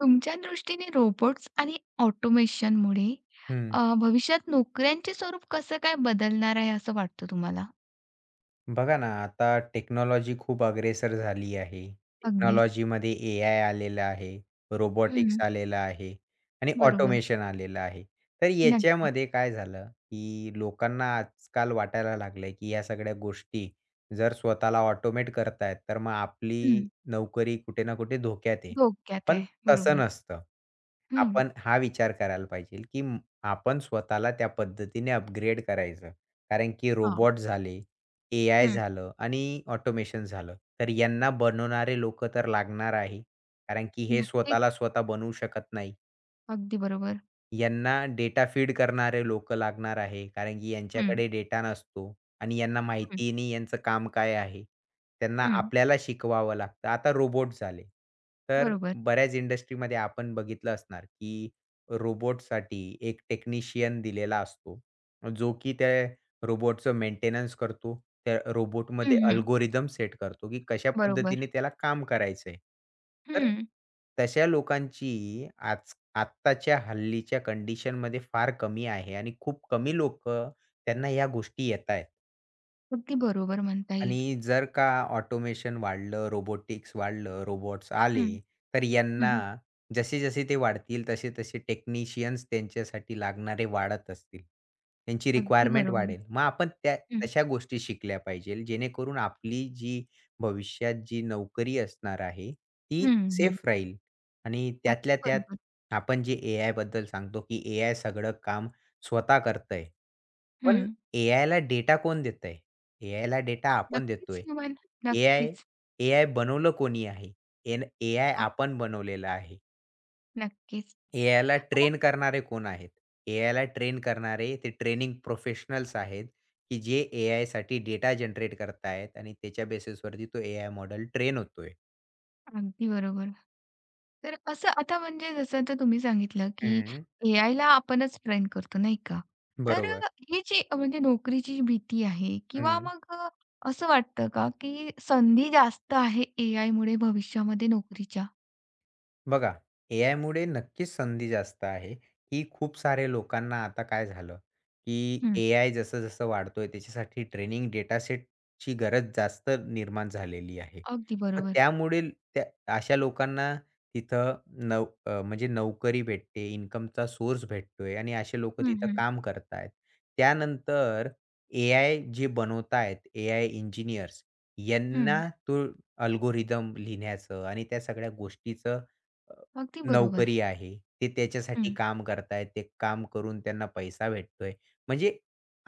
तुमच्या दृष्टीने रोबोट्स आणि ऑटोमेशनमुळे हं. भविष्यात नोकऱ्यांचे स्वरूप कसं काय बदलणार आहे असं वाटतं तुम्हाला? बघा ना, आता टेक्नॉलॉजी खूप अग्रेसर झाली आहे. अगदीच. टेक्नॉलॉजीमध्ये ए-आय आलेलं आहे, रोबोटिक्स हं. आलेलं आहे आणि बरोबर. ऑटोमेशन आलेलं आहे. तर नक्कीच. याच्यामध्ये काय झालं, की लोकांना आजकाल वाटायला लागलंय, की ह्या सगळ्या गोष्टी जर स्वतःला ऑटोमेट करतायत, तर मग आपली हं. नोकरी कुठे ना कुठे धोक्यात आहे. धोक्यात पण आहे. तसं बरोबर. नसतं. हं. आपण हा विचार करायला पाहिजे, की आपण स्वतःला त्या पद्धतीने अपग्रेड करायचं. कारण की हां. रोबोट झाले ए-आय हं. झालं आणि ऑटोमेशन झालं. तर यांना बनवणारे लोकं तर लागणार आहे. कारण की हे स्वतःला नक्कीच. स्वतः बनवू शकत नाही. अगदी बरोबर. यांना डेटा फीड करणारे लोकं लागणार आहे. कारण की हं, यांच्याकडे डेटा नसतो आणि यांना हं, माहिती नाही यांचं काम काय आहे. त्यांना हं. आपल्याला शिकवावं लागतं. आता रोबोट झाले. तर बरोबर. बऱ्याच इंडस्ट्रीमध्ये आपण बघितलं असणार, की रोबोटसाठी एक टेक्निशियन दिलेला असतो. जो की त्या रोबोटचं मेंटेनन्स करतो. त्या रोबोटमध्ये हं, हं. अल्गोरिदम सेट करतो, की कशा बरोबर. पद्धतीने त्याला काम करायचंय. तर हं. तशा लोकांची आत्ताच्या हल्लीच्या कंडिशनमध्ये फार कमी आहे आणि खूप कमी लोकं त्यांना ह्या गोष्टी येतायत. अगदी बरोबर म्हणता येईल. आणि जर का ऑटोमेशन वाढलं, रोबोटिक्स वाढलं, रोबोट्स आले, हं, तर यांना हं. जसे-जसे ते वाढतील, तसे-तसे टेक्निशियन्स त्यांच्यासाठी लागणारे वाढत असतील. त्यांची अगदी रिक्वायरमेंट बरोबर. वाढेल. मग आपण त्या हं, तशा गोष्टी शिकल्या पाहिजेल, जेणेकरून आपली जी भविष्यात जी नोकरी असणार आहे, ती हं, हं. सेफ राहील. आणि त्यातल्या अगदी त्यात बरोबर. आपण जे एआयबद्दल सांगतो, की एआय सगळं काम स्वतः करतंय. पण हं. एआयला डेटा कोण देतंय? एआयला डेटा आपण नक्कीच. देतोय. ह्युमन. एआय नक्कीच. एआय बनवलं कोणी आहे? एआय अ, आपण बनवलेला आहे. नक्कीच. एआयला ट्रेन करणारे कोण आहेत? एआयला ट्रेन करणारे ते ट्रेनिंग प्रोफेशनल्स आहेत, की जे एआयसाठी डेटा जनरेट करतायत आणि त्याच्या बेसिसवरती तो एआय मॉडेल ट्रेन होतोय. अगदी बरोबर. तर असं आता म्हणजे जसं आता तुम्ही सांगितलं, की हं. एआयला आपणच ट्रेन करतो, नाही का? तर बरोबर. ही जी म्हणजे नोकरीची भीती आहे किंवा हं. मग असं वाटतं का, की संधी जास्त आहे एआयमुळे भविष्यामध्ये नोकरीच्या? बघा, एआयमुळे नक्कीच संधी जास्त आहे, की खूप सारे लोकांना आता काय झालं, की हं. एआय जसं-जसं वाढतोय त्याच्यासाठी ट्रेनिंग डेटा सेटची गरज जास्त निर्माण झालेली आहे. अगदी मग बरोबर. त्यामुळे त्या अशा लोकांना तिथं म्हणजे नोकरी भेटते, इन्कमचा सोर्स भेटतोय आणि असे लोकं हं, तिथं हं. काम करतायत. त्यानंतर एआय जे बनवतायत, एआय इंजिनिअर्स यांना हं. तो अल्गोरिदम लिहिण्याचं आणि त्या सगळ्या गोष्टीचं अ, अगदी बरोबर. नोकरी आहे. ते त्याच्यासाठी हं. काम करतायत. ते काम करून त्यांना पैसा भेटतोय. म्हणजे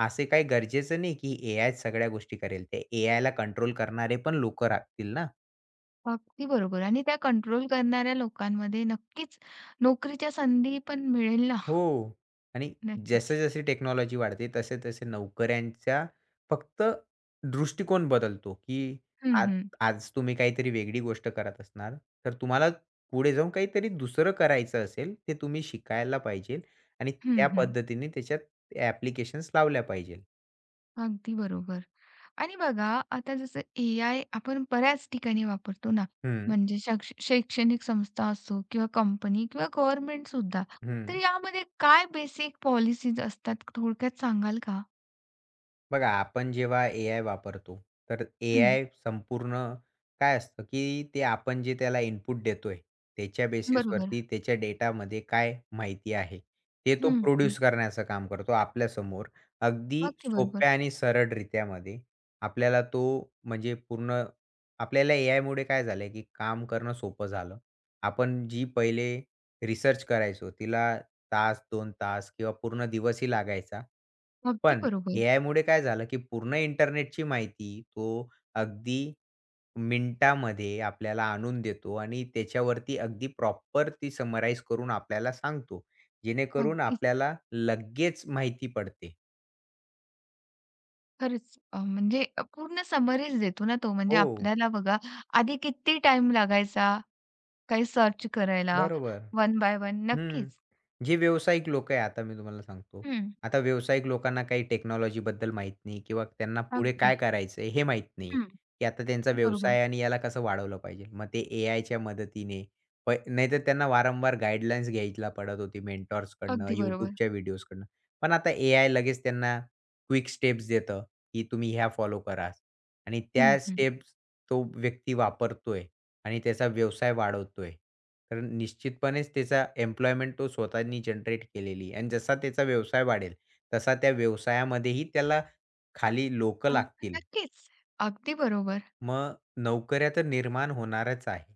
असे काही गरजेचं नाही, की एआय सगळ्या गोष्टी करेल. ते एआयला कंट्रोल करणारे पण लोकं राहतील ना. अगदी बरोबर आणि त्या कंट्रोल करणाऱ्या लोकांमध्ये नक्कीच नोकरीच्या संधी पण मिळेल ना. हो. आणि नक्कीच. जसं-जशी टेक्नॉलॉजी वाढते, तसे-तसे नोकऱ्यांच्या फक्त दृष्टिकोन बदलतो, की हं, आज हं. आज तुम्ही काहीतरी वेगळी गोष्ट करत असणार, तर तुम्हाला पुढे जाऊन काहीतरी दुसरं करायचं असेल, ते तुम्ही शिकायला पाहिजे आणि हं, त्या हं. पद्धतीने त्याच्यात ॲप्लिकेशन्स लावल्या पाहिजे. अगदी बरोबर. आणि बघा, आता जसं ए-आय आपण बऱ्याच ठिकाणी वापरतो ना, हं, म्हणजे शैक्षणिक संस्था असो किंवा कंपनी किंवा गव्हर्नमेंटसुद्धा. तर हं. यामध्ये काय बेसिक पॉलिसीज असतात थोडक्यात सांगाल का? बघा, आपण जेव्हा एआय वापरतो, तर हं, एआय संपूर्ण काय असतं, की ते आपण जे त्याला इनपुट देतोय, त्याच्या बरोबर. बेसिसवरती त्याच्या डेटामध्ये काय माहिती आहे, ते तो हं, हं. प्रोड्यूस करण्याचं काम करतो आपल्यासमोर. अगदी अगदी बरोबर. सोप्या आणि सरळरित्यामध्ये आपल्याला तो म्हणजे पूर्ण आपल्याला एआयमुळे काय झालंय, की काम करणं सोपं झालं. आपण जी पहिले रिसर्च करायचो, तिला 2 तास किंवा पूर्ण दिवसही लागायचा. अगदी पण बरोबर. एआयमुळे काय झालं, की पूर्ण इंटरनेटची माहिती तो अगदी मिनिटामध्ये आपल्याला आणून देतो आणि त्याच्यावरती अगदी प्रॉपर ती समराईज करून आपल्याला सांगतो. जेणेकरून अगदीच. आपल्याला लगेच माहिती पडते. खरंच म्हणजे पूर्ण समरीच देतो ना तो. म्हणजे हो, आपल्याला बघा, आधी किती टाईम लागायचा काही सर्च करायला बरोबर. One by one. हं. नक्कीच. जे व्यावसायिक लोकं आहे आता मी तुम्हाला सांगतो. हं, आता व्यावसायिक लोकांना काही टेक्नॉलॉजीबद्दल माहीत नाही किंवा त्यांना पुढे अगदी. काय करायचं आहे हे माहीत नाहीये, हं, की आता त्यांचा बरोबर. व्यवसाय आणि याला कसं वाढवलं पाहिजे. मग ते एआयच्या मदतीने नाहीतर त्यांना वारंवार गाईडलाईन्स घ्यायला पडत होती मेंटॉर्सकडनं, अगदी बरोबर. YouTubeच्या व्हिडिओजकडनं. पण आता एआय लगेच त्यांना क्विक स्टेप्स देतं, की तुम्ही ह्या फॉलो करा आणि हं, त्या हं. स्टेप्स तो व्यक्ती वापरतोय आणि त्याचा व्यवसाय वाढवतोय. तर निश्चितपणेच त्याचा एम्प्लॉयमेंट तो स्वतःनी जनरेट केलेली आणि जसा त्याचा व्यवसाय वाढेल, तसा त्या व्यवसायामध्येही त्याला खाली लोकं अ, लागतील. नक्कीच. अगदी बरोबर. मग नोकऱ्या तर निर्माण होणारच आहे.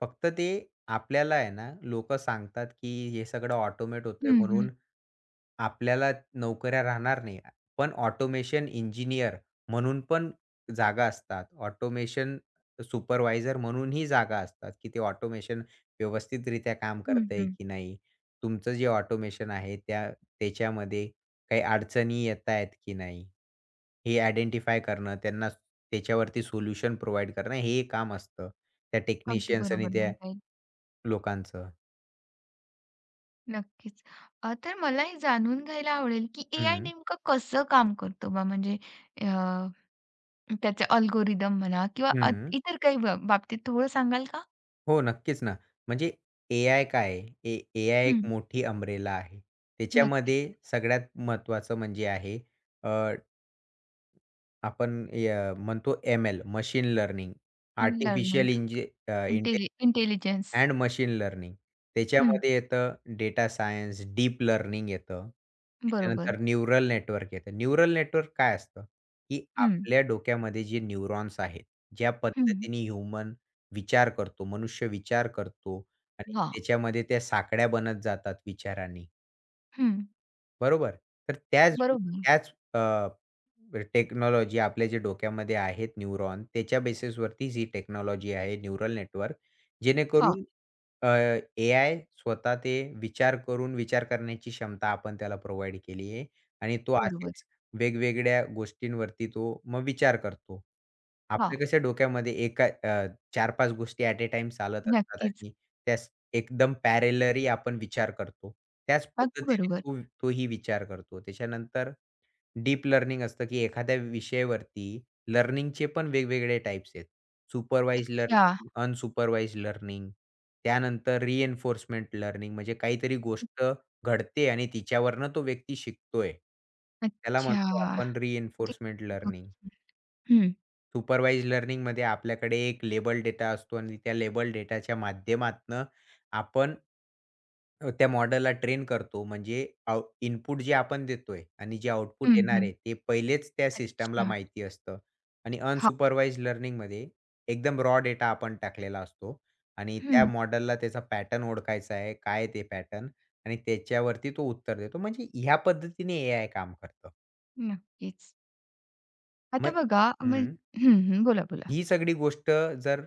फक्त ते आपल्याला आहे ना, लोक सांगतात, की हे सगळं ऑटोमेट होतंय हं, हं. म्हणून आपल्याला नोकऱ्या राहणार नाही. पण ऑटोमेशन इंजिनिअर म्हणून पण जागा असतात. ऑटोमेशन सुपरवायझर म्हणूनही जागा असतात, की ते ऑटोमेशन व्यवस्थितरित्या काम हं, करतंय हं. की नाही? तुमचं जे ऑटोमेशन आहे त्याच्यामध्ये काही अडचणी येतायत की नाही? हे आयडेंटिफाय करणं, त्यांना त्याच्यावरती सोल्युशन प्रोव्हाईड करणं हे काम असतं, त्या अगदी टेक्निशियन्स आणि बरोबर त्या म्हणता येईल. लोकांचं. नक्कीच. तर मला हे जाणून घ्यायला आवडेल, की एआय हं, नेमकं कसं काम करतो बा? म्हणजे अ, त्याचे अल्गोरिदम म्हणा किंवा हं. इतर काही बाबतीत थोडं सांगाल का? हो, नक्कीच ना. म्हणजे एआय काय आहे? एआय एक हं. मोठी अम्ब्रेला आहे. त्याच्यामध्ये नक्कीच. सगळ्यात महत्त्वाचं म्हणजे आहे अ, आपण म्हणतो ML machine learning, artificial learning, intelligence. And machine learning. हं. त्याच्यामध्ये येतं डेटा सायन्स, डीप लर्निंग येतं. बरोबर. त्याच्यानंतर न्यूरल नेटवर्क येतं. न्यूरल नेटवर्क काय असतं? की हं, आपल्या डोक्यामध्ये जे न्यूरॉन्स आहेत, ज्या हं. पद्धतीने ह्यूमन विचार करतो, मनुष्य विचार करतो आणि हां. त्याच्यामध्ये त्या साकड्या बनत जातात विचारांनी. हं. बरोबर. तर त्याच बरोबर. त्याच टेक्नॉलॉजी आपल्या जे डोक्यामध्ये आहेत न्यूरॉन त्याच्या बेसिसवरतीच ही टेक्नॉलॉजी आहे न्यूरल नेटवर्क. हां. जेणेकरून अ, एआय स्वतः ते विचार करून विचार करण्याची क्षमता आपण त्याला प्रोव्हाईड केली आहे आणि तो बरोबर. असेच वेगवेगळ्या गोष्टींवरती तो मग विचार करतो. हां. आपल्या कशा डोक्यामध्ये एका 4 गोष्टी ॲट अ टाईम चालत असतात नक्कीच. आणि त्या एकदम पॅरलरी आपण विचार करतो. त्याच अगदी पद्धतीने बरोबर. तोही विचार करतो. त्याच्यानंतर डीप लर्निंग असतं, की एखाद्या विषयावरती लर्निंगचे पण वेगवेगळे टाइप्स आहेत. सुपरवाईज्ड अच्छा. Learning, unsupervised learning. त्यानंतर रिइन्फोर्समेंट लर्निंग म्हणजे काहीतरी गोष्ट घडते आणि तिच्यावरनं तो व्यक्ती शिकतोय. त्याला अच्छा. म्हणतो आपण ते रिइन्फोर्समेंट लर्निंग. हं, सुपरवाइज लर्निंगमध्ये आपल्याकडे एक लेबल डेटा असतो आणि त्या लेबल डेटाच्या माध्यमातनं आपण त्या मॉडेलला ट्रेन करतो. म्हणजे इनपुट जे आपण देतोय आणि जे आउटपुट हं, येणार हं. आहे, ते पहिलेच त्या सिस्टमला अच्छा. माहिती असतं. आणि हां. अनसुपरवाइज लर्निंगमध्ये एकदम रॉ डेटा आपण टाकलेला असतो आणि त्या हं. मॉडेलला त्याचा पॅटर्न ओळखायचा आहे. काय आहे ते पॅटर्न? आणि त्याच्यावरती तो उत्तर देतो. म्हणजे ह्या पद्धतीने एआय काम करतं. नक्कीच. आता मग बघा हं. हं, हं. बोला, बोला. ही सगळी गोष्ट जर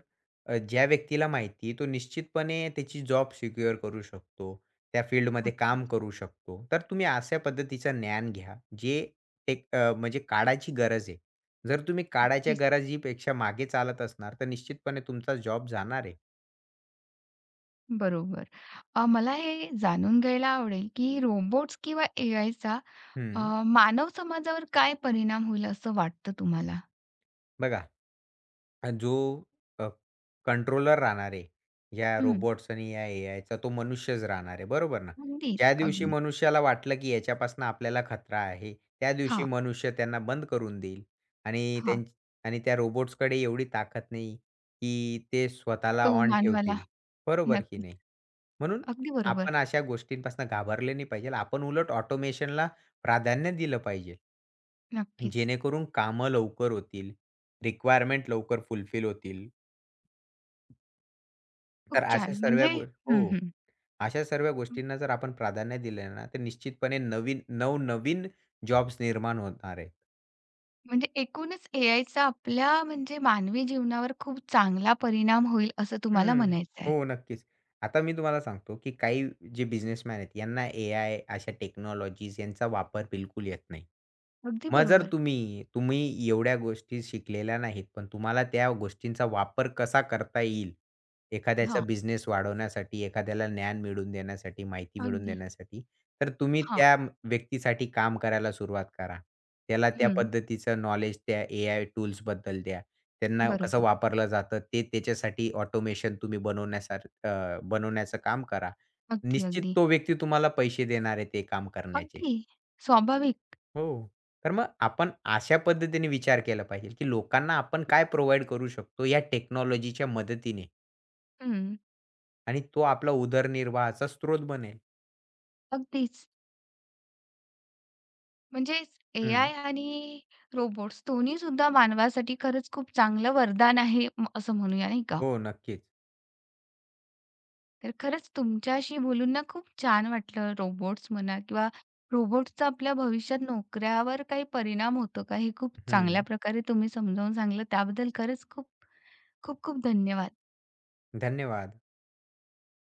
ज्या व्यक्तीला माहिती तो निश्चितपणे त्याची जॉब सिक्युअर करू शकतो. त्या फील्डमध्ये काम नक्कीच, करू शकतो. तर तुम्ही अशा पद्धतीचं ज्ञान घ्या, जे म्हणजे काळाची गरज आहे. जर तुम्ही काळाच्या नक्कीच. गरजेपेक्षा मागे चालत असणार, तर निश्चितपणे तुमचा जॉब जाणार आहे. बरोबर. मला हे जाणून घ्यायला आवडेल, की रोबोट्स किंवा एआयचा अ, हं, मानव समाजावर काय परिणाम होईल असं वाटतं तुम्हाला? बघा. जो अ, कंट्रोलर राहणार आहे, या हं. रोबोट्स आणि या एआयचा तो मनुष्यच राहणार आहे, बरोबर ना? ज्या अगदीच, दिवशी अगदी. मनुष्याला वाटलं, की याच्यापासून आपल्याला खतरा आहे, त्या दिवशी हां, मनुष्य त्यांना बंद करून देईल आणि हां. त्यां आणि त्या रोबोट्सकडे एवढी ताकद नाही, की ते स्वतःला तो ऑन मानवाला ठेवतील, बरोबर की नक्कीच. नाही? म्हणून अगदी आपण बरोबर. अशा गोष्टींपासून घाबरले नाही पाहिजे. आपण उलट ऑटोमेशनला प्राधान्य दिलं पाहिजे, नक्कीच. जेणेकरून कामं लवकर होतील, रिक्वायरमेंट लवकर फुलफिल होतील. खूप तर अशा छान. सर्व म्हणजे गो हो. हं, हं. अशा सर्व गोष्टींना जर आपण प्राधान्य दिले ना, तर निश्चितपणे नवीन नवनवीन जॉब्स निर्माण होणार आहे. म्हणजे एकूणच एआयचा आपल्या म्हणजे मानवी जीवनावर खूप चांगला परिणाम होईल असं तुम्हाला हं. म्हणायचं आहे. हो, नक्कीच. आता मी तुम्हाला सांगतो, की काही जे बिझनेसमॅन आहेत, यांना एआय अशा टेक्नॉलॉजीज यांचा वापर बिलकुल येत नाही. अगदी मग जर बरोबर. तुम्ही तुम्ही एवढ्या गोष्टी शिकलेल्या नाहीत, पण तुम्हाला त्या गोष्टींचा वापर कसा करता येईल, एखाद्याचा हां, बिझनेस वाढवण्यासाठी, एखाद्याला ज्ञान मिळवून देण्यासाठी, माहिती मिळवून अगदी. देण्यासाठी, तर तुम्ही हां. त्या व्यक्तीसाठी काम करायला सुरुवात करा. त्याला त्या हं. पद्धतीचं नॉलेज त्या एआय टूल्सबद्दल द्या. त्यांना कसं बरोबर. वापरलं जातं ते त्याच्यासाठी ऑटोमेशन तुम्ही बनवण्याचं काम करा. अगदी, निश्चित अगदी. तो व्यक्ती तुम्हाला पैसे देणार आहे ते काम करण्याचे. अगदी स्वाभाविक. हो. तर मग आपण अशा पद्धतीने विचार केला पाहिजे, की लोकांना आपण काय प्रोव्हाईड करू शकतो या टेक्नॉलॉजीच्या मदतीने हं. आणि तो आपला उदरनिर्वाहाचा स्रोत बनेल. अगदीच. म्हणजेच हं. एआय आणि रोबोट्स दोन्हीसुद्धा मानवासाठी खरंच खूप चांगलं वरदान आहे, असं म्हणूया नाही का? हो, नक्कीच. तर खरंच तुमच्याशी बोलून ना खूप छान वाटलं. रोबोट्स म्हणा किंवा रोबोट्सचा आपल्या भविष्यात नोकऱ्यावर काही परिणाम होतो का? हे खूप हं. चांगल्या प्रकारे तुम्ही समजावून सांगितलं. त्याबद्दल खरंच खूप खूप खूप धन्यवाद. धन्यवाद.